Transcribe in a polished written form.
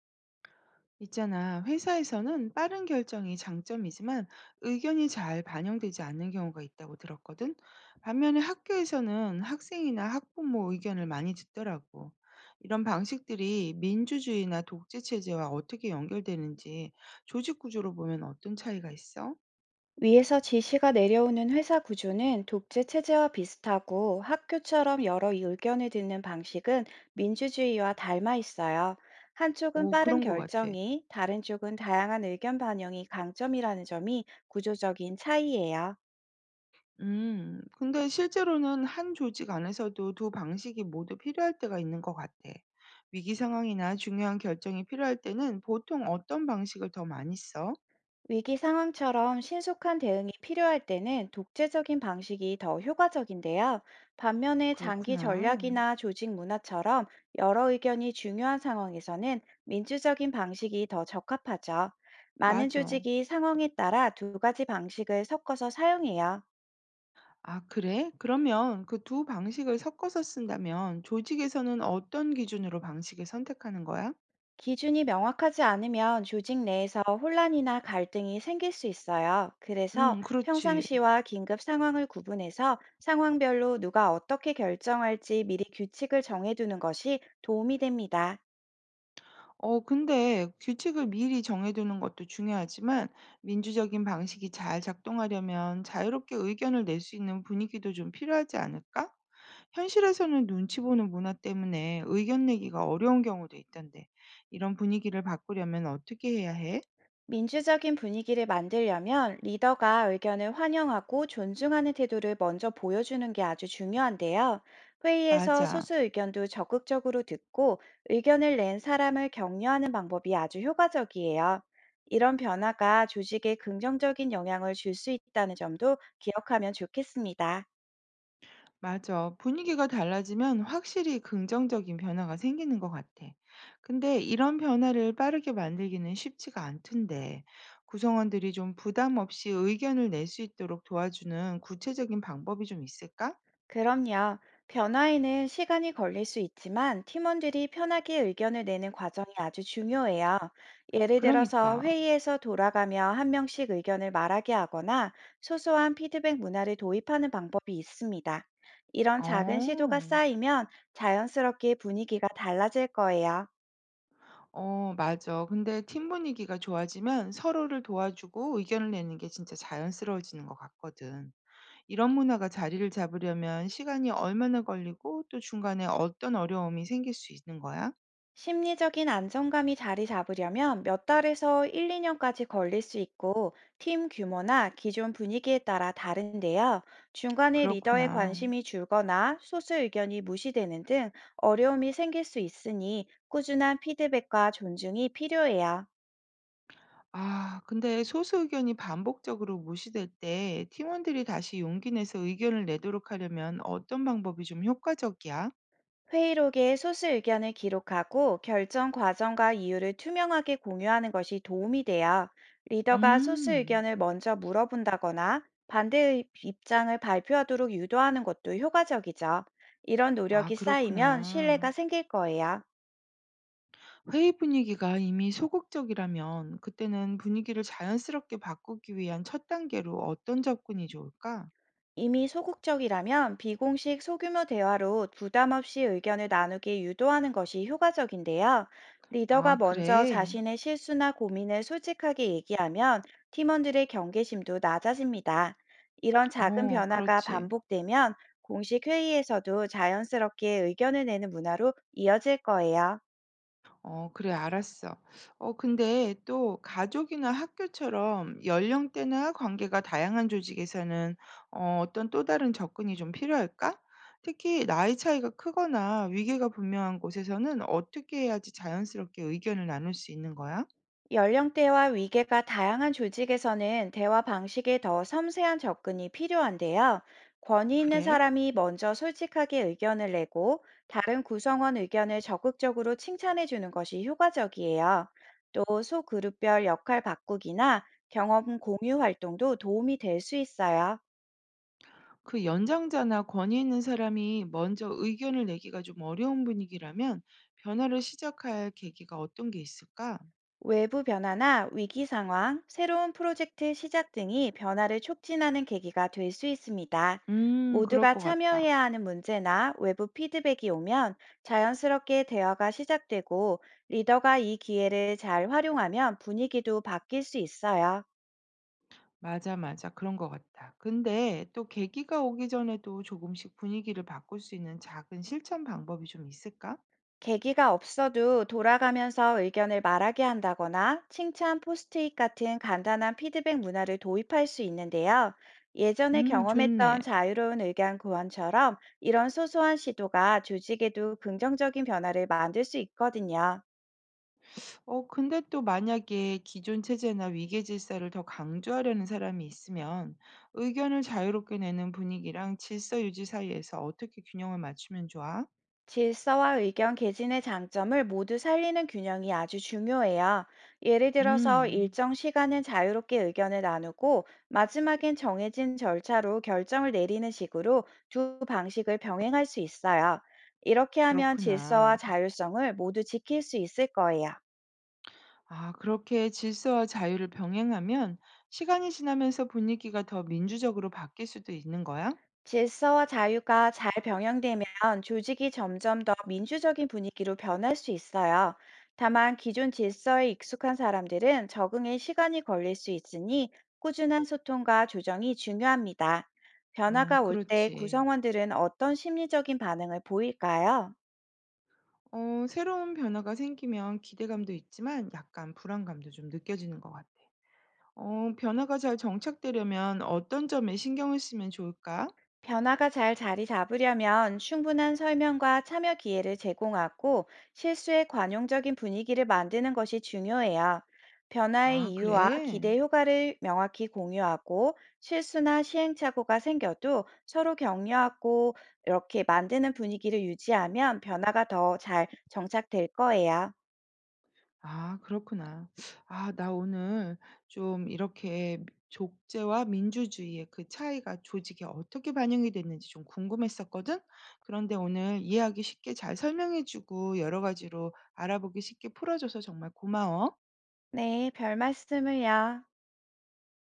있잖아, 회사에서는 빠른 결정이 장점이지만 의견이 잘 반영되지 않는 경우가 있다고 들었거든. 반면에 학교에서는 학생이나 학부모 의견을 많이 듣더라고. 이런 방식들이 민주주의나 독재 체제와 어떻게 연결되는지 조직 구조로 보면 어떤 차이가 있어? 위에서 지시가 내려오는 회사 구조는 독재 체제와 비슷하고, 학교처럼 여러 의견을 듣는 방식은 민주주의와 닮아 있어요. 한쪽은 오, 빠른 그런 것 같아. 결정이, 다른 쪽은 다양한 의견 반영이 강점이라는 점이 구조적인 차이예요. 근데 실제로는 한 조직 안에서도 두 방식이 모두 필요할 때가 있는 것 같아. 위기 상황이나 중요한 결정이 필요할 때는 보통 어떤 방식을 더 많이 써? 위기 상황처럼 신속한 대응이 필요할 때는 독재적인 방식이 더 효과적인데요. 반면에 장기 그렇구나. 전략이나 조직 문화처럼 여러 의견이 중요한 상황에서는 민주적인 방식이 더 적합하죠. 많은 맞아. 조직이 상황에 따라 두 가지 방식을 섞어서 사용해요. 아, 그래? 그러면 그 두 방식을 섞어서 쓴다면 조직에서는 어떤 기준으로 방식을 선택하는 거야? 기준이 명확하지 않으면 조직 내에서 혼란이나 갈등이 생길 수 있어요. 그래서 그렇지. 평상시와 긴급 상황을 구분해서 상황별로 누가 어떻게 결정할지 미리 규칙을 정해두는 것이 도움이 됩니다. 근데 규칙을 미리 정해두는 것도 중요하지만 민주적인 방식이 잘 작동하려면 자유롭게 의견을 낼 수 있는 분위기도 좀 필요하지 않을까? 현실에서는 눈치 보는 문화 때문에 의견 내기가 어려운 경우도 있던데 이런 분위기를 바꾸려면 어떻게 해야 해? 민주적인 분위기를 만들려면 리더가 의견을 환영하고 존중하는 태도를 먼저 보여주는 게 아주 중요한데요. 회의에서 맞아. 소수 의견도 적극적으로 듣고 의견을 낸 사람을 격려하는 방법이 아주 효과적이에요. 이런 변화가 조직에 긍정적인 영향을 줄 수 있다는 점도 기억하면 좋겠습니다. 맞아. 분위기가 달라지면 확실히 긍정적인 변화가 생기는 것 같아. 근데 이런 변화를 빠르게 만들기는 쉽지가 않던데, 구성원들이 좀 부담 없이 의견을 낼 수 있도록 도와주는 구체적인 방법이 좀 있을까? 그럼요. 변화에는 시간이 걸릴 수 있지만, 팀원들이 편하게 의견을 내는 과정이 아주 중요해요. 예를 들어서 그러니까. 회의에서 돌아가며 한 명씩 의견을 말하게 하거나 소소한 피드백 문화를 도입하는 방법이 있습니다. 이런 작은 시도가 어, 쌓이면 자연스럽게 분위기가 달라질 거예요. 어, 맞아. 근데 팀 분위기가 좋아지면 서로를 도와주고 의견을 내는 게 진짜 자연스러워지는 것 같거든. 이런 문화가 자리를 잡으려면 시간이 얼마나 걸리고 또 중간에 어떤 어려움이 생길 수 있는 거야? 심리적인 안정감이 자리 잡으려면 몇 달에서 1, 2년까지 걸릴 수 있고, 팀 규모나 기존 분위기에 따라 다른데요. 중간에 리더의 그렇구나. 관심이 줄거나 소수 의견이 무시되는 등 어려움이 생길 수 있으니 꾸준한 피드백과 존중이 필요해요. 아, 근데 소수 의견이 반복적으로 무시될 때 팀원들이 다시 용기 내서 의견을 내도록 하려면 어떤 방법이 좀 효과적이야? 회의록에 소수 의견을 기록하고 결정 과정과 이유를 투명하게 공유하는 것이 도움이 돼요. 리더가 소수 음. 의견을 먼저 물어본다거나 반대의 입장을 발표하도록 유도하는 것도 효과적이죠. 이런 아, 노력이 쌓이면 그렇구나. 신뢰가 생길 거예요. 회의 분위기가 이미 소극적이라면 그때는 분위기를 자연스럽게 바꾸기 위한 첫 단계로 어떤 접근이 좋을까? 이미 소극적이라면 비공식 소규모 대화로 부담 없이 의견을 나누게 유도하는 것이 효과적인데요. 리더가 아, 먼저 그래. 자신의 실수나 고민을 솔직하게 얘기하면 팀원들의 경계심도 낮아집니다. 이런 작은 어, 변화가 그렇지. 반복되면 공식 회의에서도 자연스럽게 의견을 내는 문화로 이어질 거예요. 어, 그래, 알았어. 근데 또 가족이나 학교처럼 연령대나 관계가 다양한 조직에서는 어떤 또 다른 접근이 좀 필요할까? 특히 나이 차이가 크거나 위계가 분명한 곳에서는 어떻게 해야지 자연스럽게 의견을 나눌 수 있는 거야? 연령대와 위계가 다양한 조직에서는 대화 방식에 더 섬세한 접근이 필요한데요. 권위 있는 그래? 사람이 먼저 솔직하게 의견을 내고 다른 구성원 의견을 적극적으로 칭찬해 주는 것이 효과적이에요. 또 소그룹별 역할 바꾸기나 경험 공유 활동도 도움이 될 수 있어요. 그 연장자나 권위 있는 사람이 먼저 의견을 내기가 좀 어려운 분위기라면 변화를 시작할 계기가 어떤 게 있을까? 외부 변화나 위기 상황, 새로운 프로젝트 시작 등이 변화를 촉진하는 계기가 될 수 있습니다. 그럴 모두가 것 같다. 참여해야 하는 문제나 외부 피드백이 오면 자연스럽게 대화가 시작되고, 리더가 이 기회를 잘 활용하면 분위기도 바뀔 수 있어요. 맞아, 맞아. 그런 것 같아. 근데 또 계기가 오기 전에도 조금씩 분위기를 바꿀 수 있는 작은 실천 방법이 좀 있을까? 계기가 없어도 돌아가면서 의견을 말하게 한다거나 칭찬 포스트잇 같은 간단한 피드백 문화를 도입할 수 있는데요. 예전에 좋네. 경험했던 자유로운 의견 구원처럼 이런 소소한 시도가 조직에도 긍정적인 변화를 만들 수 있거든요. 근데 또 만약에 기존 체제나 위계 질서를 더 강조하려는 사람이 있으면 의견을 자유롭게 내는 분위기랑 질서 유지 사이에서 어떻게 균형을 맞추면 좋아? 질서와 의견 개진의 장점을 모두 살리는 균형이 아주 중요해요. 예를 들어서 음, 일정 시간은 자유롭게 의견을 나누고 마지막엔 정해진 절차로 결정을 내리는 식으로 두 방식을 병행할 수 있어요. 이렇게 하면 질서와 그렇구나. 자율성을 모두 지킬 수 있을 거예요. 아, 그렇게 질서와 자유를 병행하면 시간이 지나면서 분위기가 더 민주적으로 바뀔 수도 있는 거야? 질서와 자유가 잘 병행되면 조직이 점점 더 민주적인 분위기로 변할 수 있어요. 다만 기존 질서에 익숙한 사람들은 적응에 시간이 걸릴 수 있으니 꾸준한 소통과 조정이 중요합니다. 어 변화가 올 때 그렇지. 구성원들은 어떤 심리적인 반응을 보일까요? 어 새로운 변화가 생기면 기대감도 있지만 약간 불안감도 좀 느껴지는 것 같아. 어 변화가 잘 정착되려면 어떤 점에 신경을 쓰면 좋을까? 변화가 잘 자리 잡으려면 충분한 설명과 참여 기회를 제공하고 실수에 관용적인 분위기를 만드는 것이 중요해요. 변화의 아 이유와 그래? 기대 효과를 명확히 공유하고 실수나 시행착오가 생겨도 서로 격려하고 이렇게 만드는 분위기를 유지하면 변화가 더 잘 정착될 거예요. 아 그렇구나. 아 나 오늘 좀 이렇게 족제와 민주주의의 그 차이가 조직에 어떻게 반영이 됐는지 좀 궁금했었거든. 그런데 오늘 이해하기 쉽게 잘 설명해 주고 여러 가지로 알아보기 쉽게 풀어줘서 정말 고마워. 네, 별 말씀을요.